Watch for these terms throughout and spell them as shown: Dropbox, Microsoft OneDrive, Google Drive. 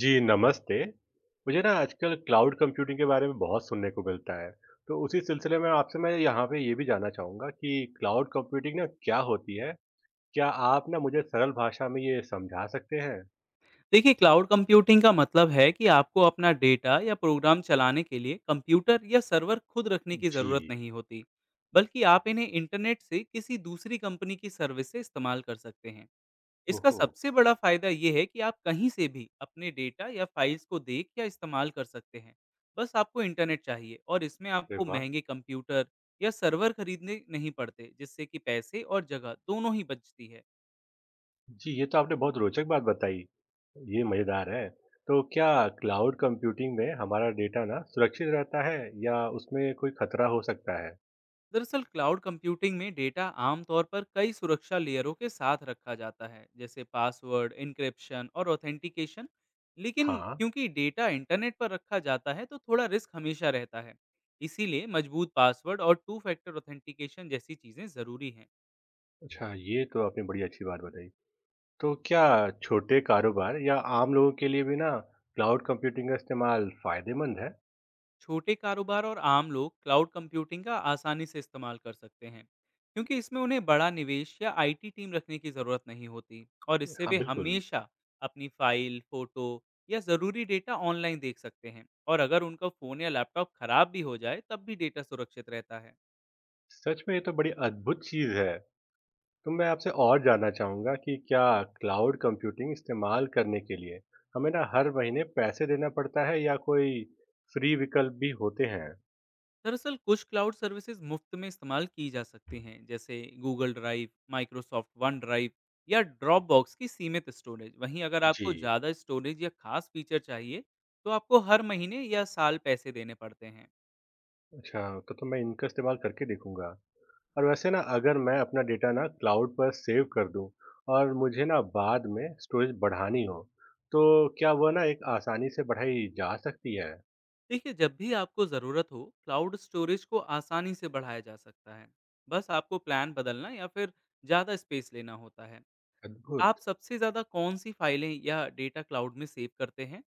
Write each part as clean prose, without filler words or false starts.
जी, नमस्ते। मुझे ना आजकल क्लाउड कंप्यूटिंग के बारे में बहुत सुनने को मिलता है। तो उसी सिलसिले में आपसे मैं यहाँ पे ये भी जानना चाहूँगा कि क्लाउड कंप्यूटिंग ना क्या होती है? क्या आप ना मुझे सरल भाषा में ये समझा सकते हैं? देखिए, क्लाउड कंप्यूटिंग का मतलब है कि आपको अपना डेटा या प्रोग्राम चलाने के लिए कंप्यूटर या सर्वर खुद रखने की जी। ज़रूरत नहीं होती, बल्कि आप इन्हें इंटरनेट से किसी दूसरी कंपनी की सर्विस से इस्तेमाल कर सकते हैं। इसका ओहो! सबसे बड़ा फ़ायदा ये है कि आप कहीं से भी अपने डेटा या फाइल्स को देख या इस्तेमाल कर सकते हैं। बस आपको इंटरनेट चाहिए, और इसमें अरे आपको वाह! महंगे कंप्यूटर या सर्वर खरीदने नहीं पड़ते, जिससे कि पैसे और जगह दोनों ही बचती है। जी, ये तो आपने बहुत रोचक बात बताई। ये मज़ेदार है। तो क्या क्लाउड कंप्यूटिंग में हमारा डेटा ना सुरक्षित रहता है या उसमें कोई खतरा हो सकता है? दरअसल, क्लाउड कंप्यूटिंग में डेटा आमतौर पर कई सुरक्षा लेयरों के साथ रखा जाता है, जैसे पासवर्ड, इंक्रिप्शन और ऑथेंटिकेशन। लेकिन हाँ। क्योंकि डेटा इंटरनेट पर रखा जाता है, तो थोड़ा रिस्क हमेशा रहता है। इसीलिए मजबूत पासवर्ड और टू फैक्टर ऑथेंटिकेशन जैसी चीज़ें ज़रूरी हैं। अच्छा, ये तो आपने बड़ी अच्छी बात बताई। तो क्या छोटे कारोबार या आम लोगों के लिए भी ना क्लाउड कंप्यूटिंग का इस्तेमाल फायदेमंद है? छोटे कारोबार और आम लोग क्लाउड कंप्यूटिंग का आसानी से इस्तेमाल कर सकते हैं, क्योंकि इसमें उन्हें बड़ा निवेश या आईटी टीम रखने की ज़रूरत नहीं होती, और इससे हाँ वे बिल्कुल। हमेशा अपनी फाइल, फोटो या ज़रूरी डेटा ऑनलाइन देख सकते हैं। और अगर उनका फ़ोन या लैपटॉप ख़राब भी हो जाए, तब भी डेटा सुरक्षित रहता है। सच में ये तो बड़ी अद्भुत चीज़ है। तो मैं आपसे और जानना चाहूँगा कि क्या क्लाउड कंप्यूटिंग इस्तेमाल करने के लिए हमें ना हर महीने पैसे देना पड़ता है या कोई फ्री विकल्प भी होते हैं? दरअसल, कुछ क्लाउड सर्विसेज मुफ्त में इस्तेमाल की जा सकती हैं, जैसे Google Drive, Microsoft OneDrive या ड्रॉपबॉक्स की सीमित स्टोरेज। वहीं अगर जी। आपको ज़्यादा स्टोरेज या खास फीचर चाहिए, तो आपको हर महीने या साल पैसे देने पड़ते हैं। अच्छा, तो मैं इनका इस्तेमाल करके देखूंगा। और वैसे ना अगर मैं अपना डेटा ना क्लाउड पर सेव कर दूं और मुझे ना बाद में स्टोरेज बढ़ानी हो तो क्या वह ना एक आसानी से बढ़ाई जा सकती है। देखिए, जब भी आपको ज़रूरत हो, क्लाउड स्टोरेज को आसानी से बढ़ाया जा सकता है। बस आपको प्लान बदलना या फिर ज़्यादा स्पेस लेना होता है। अद्भुत। आप सबसे ज़्यादा कौन सी फाइलें या डेटा क्लाउड में सेव करते हैं?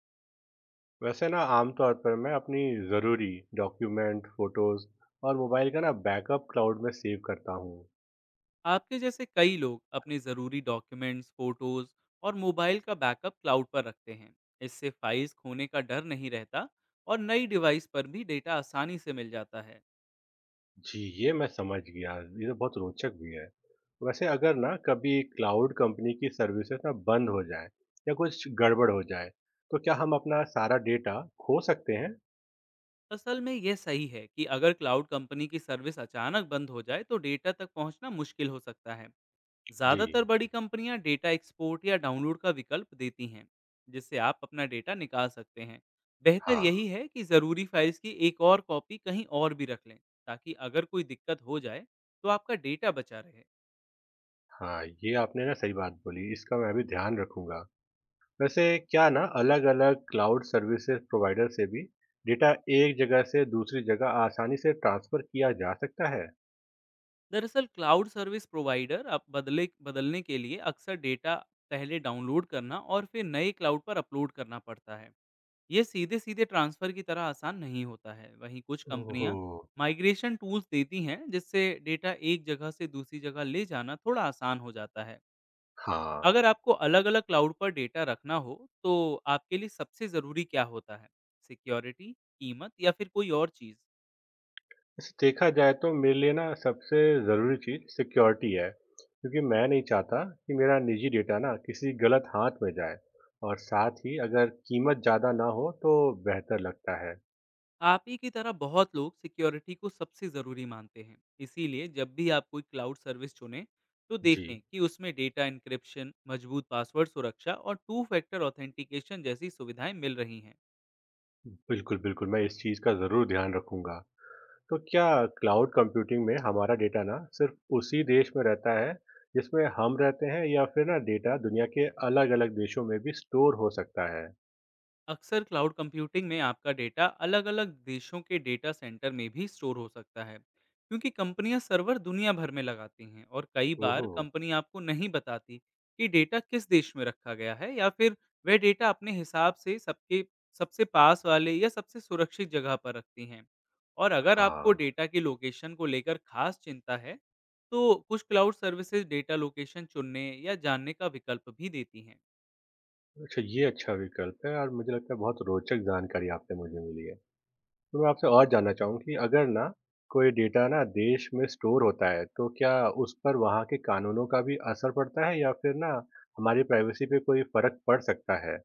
वैसे ना आमतौर पर मैं अपनी ज़रूरी डॉक्यूमेंट फोटोज़ और मोबाइल का ना बैकअप क्लाउड में सेव करता हूँ। आपके जैसे कई लोग अपने ज़रूरी डॉक्यूमेंट्स, फोटोज और मोबाइल का बैकअप क्लाउड पर रखते हैं। इससे फाइल्स खोने का डर नहीं रहता, और नई डिवाइस पर भी डेटा आसानी से मिल जाता है। जी ये मैं समझ गया। ये तो बहुत रोचक भी है। वैसे अगर ना कभी क्लाउड कंपनी की सर्विसेज ना बंद हो जाए या कुछ गड़बड़ हो जाए तो क्या हम अपना सारा डेटा खो सकते हैं? असल में ये सही है कि अगर क्लाउड कंपनी की सर्विस अचानक बंद हो जाए, तो डेटा तक पहुंचना मुश्किल हो सकता है। जी। ज़्यादातर बड़ी कंपनियां डेटा एक्सपोर्ट या डाउनलोड का विकल्प देती हैं, जिससे आप अपना डेटा निकाल सकते हैं। बेहतर हाँ, यही है कि ज़रूरी फाइल्स की एक और कॉपी कहीं और भी रख लें, ताकि अगर कोई दिक्कत हो जाए, तो आपका डेटा बचा रहे। हाँ, ये आपने ना सही बात बोली, इसका मैं भी ध्यान रखूँगा। वैसे क्या ना अलग-अलग क्लाउड सर्विसेज़ प्रोवाइडर से भी डेटा एक जगह से दूसरी जगह आसानी से ट्रांसफ़र किया जा सकता है? दरअसल, क्लाउड सर्विस प्रोवाइडर अब बदले बदलने के लिए अक्सर डेटा पहले डाउनलोड करना और फिर नए क्लाउड पर अपलोड करना पड़ता है। ये सीधे सीधे ट्रांसफ़र की तरह आसान नहीं होता है। वहीं कुछ ओहो! कंपनियां माइग्रेशन टूल्स देती हैं, जिससे डेटा एक जगह से दूसरी जगह ले जाना थोड़ा आसान हो जाता है। हाँ, अगर आपको अलग अलग क्लाउड पर डेटा रखना हो, तो आपके लिए सबसे ज़रूरी क्या होता है? सिक्योरिटी, कीमत या फिर कोई और चीज़? वैसे देखा जाए तो मेरे लिए ना सबसे ज़रूरी चीज़ सिक्योरिटी है, क्योंकि मैं नहीं चाहता कि मेरा निजी डेटा ना किसी गलत हाथ में जाए और साथ ही अगर कीमत ज़्यादा ना हो तो बेहतर लगता है। आप ही की तरह बहुत लोग सिक्योरिटी को सबसे ज़रूरी मानते हैं। इसीलिए जब भी आप कोई क्लाउड सर्विस चुनें, तो देखें जी, कि उसमें डेटा एन्क्रिप्शन, मजबूत पासवर्ड सुरक्षा और टू फैक्टर ऑथेंटिकेशन जैसी सुविधाएं मिल रही हैं। बिल्कुल, बिल्कुल, मैं इस चीज़ का ज़रूर ध्यान रखूँगा। तो क्या क्लाउड कंप्यूटिंग में हमारा डेटा ना सिर्फ उसी देश में रहता है जिसमें हम रहते हैं या फिर ना डेटा दुनिया के अलग अलग देशों में भी स्टोर हो सकता है? अक्सर क्लाउड कंप्यूटिंग में आपका डेटा अलग-अलग देशों के डेटा सेंटर में भी स्टोर हो सकता है, क्योंकि कंपनियां सर्वर दुनिया भर में लगाती हैं, और कई बार ओहो। कंपनी आपको नहीं बताती कि डेटा किस देश में रखा गया है, या फिर वह डेटा अपने हिसाब से सबके सबसे पास वाले या सबसे सुरक्षित जगह पर रखती हैं। और अगर आपको हाँ। डेटा की लोकेशन को लेकर खास चिंता है, तो कुछ क्लाउड सर्विसेज डेटा लोकेशन चुनने या जानने का विकल्प भी देती हैं। अच्छा, ये अच्छा विकल्प है और मुझे लगता है बहुत रोचक जानकारी आपने मुझे मिली है। तो मैं आपसे और जानना चाहूँ कि अगर ना कोई डेटा ना देश में स्टोर होता है तो क्या उस पर वहाँ के कानूनों का भी असर पड़ता है या फिर ना हमारी प्राइवेसी पे कोई फर्क पड़ सकता है?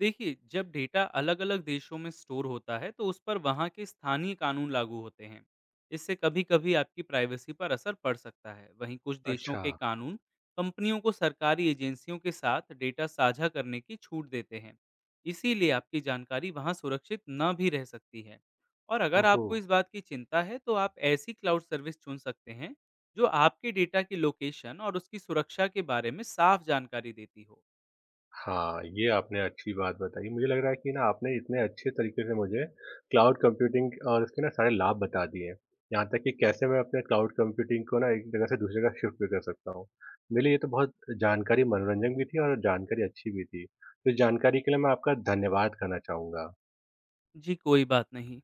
देखिए, जब डेटा अलग-अलग देशों में स्टोर होता है, तो उस पर वहाँ के स्थानीय कानून लागू होते हैं। इससे कभी-कभी आपकी प्राइवेसी पर असर पड़ सकता है। वहीं कुछ देशों अच्छा। के कानून कंपनियों को सरकारी एजेंसियों के साथ डेटा साझा करने की छूट देते हैं। इसीलिए आपकी जानकारी वहाँ सुरक्षित न भी रह सकती है। और अगर ओहो। आपको इस बात की चिंता है, तो आप ऐसी क्लाउड सर्विस चुन सकते हैं जो आपके डेटा की लोकेशन और उसकी सुरक्षा के बारे में साफ जानकारी देती हो। हाँ, ये आपने अच्छी बात बताई। मुझे लग रहा है कि ना आपने इतने अच्छे तरीके से मुझे क्लाउड कंप्यूटिंग और उसके ना सारे लाभ बता दिए हैं। यहाँ तक कि कैसे मैं अपने क्लाउड कंप्यूटिंग को ना एक जगह से दूसरी जगह शिफ्ट भी कर सकता हूँ। मेरे लिए ये तो बहुत जानकारी मनोरंजक भी थी और जानकारी अच्छी भी थी। तो इस जानकारी के लिए मैं आपका धन्यवाद करना चाहूँगा। जी, कोई बात नहीं।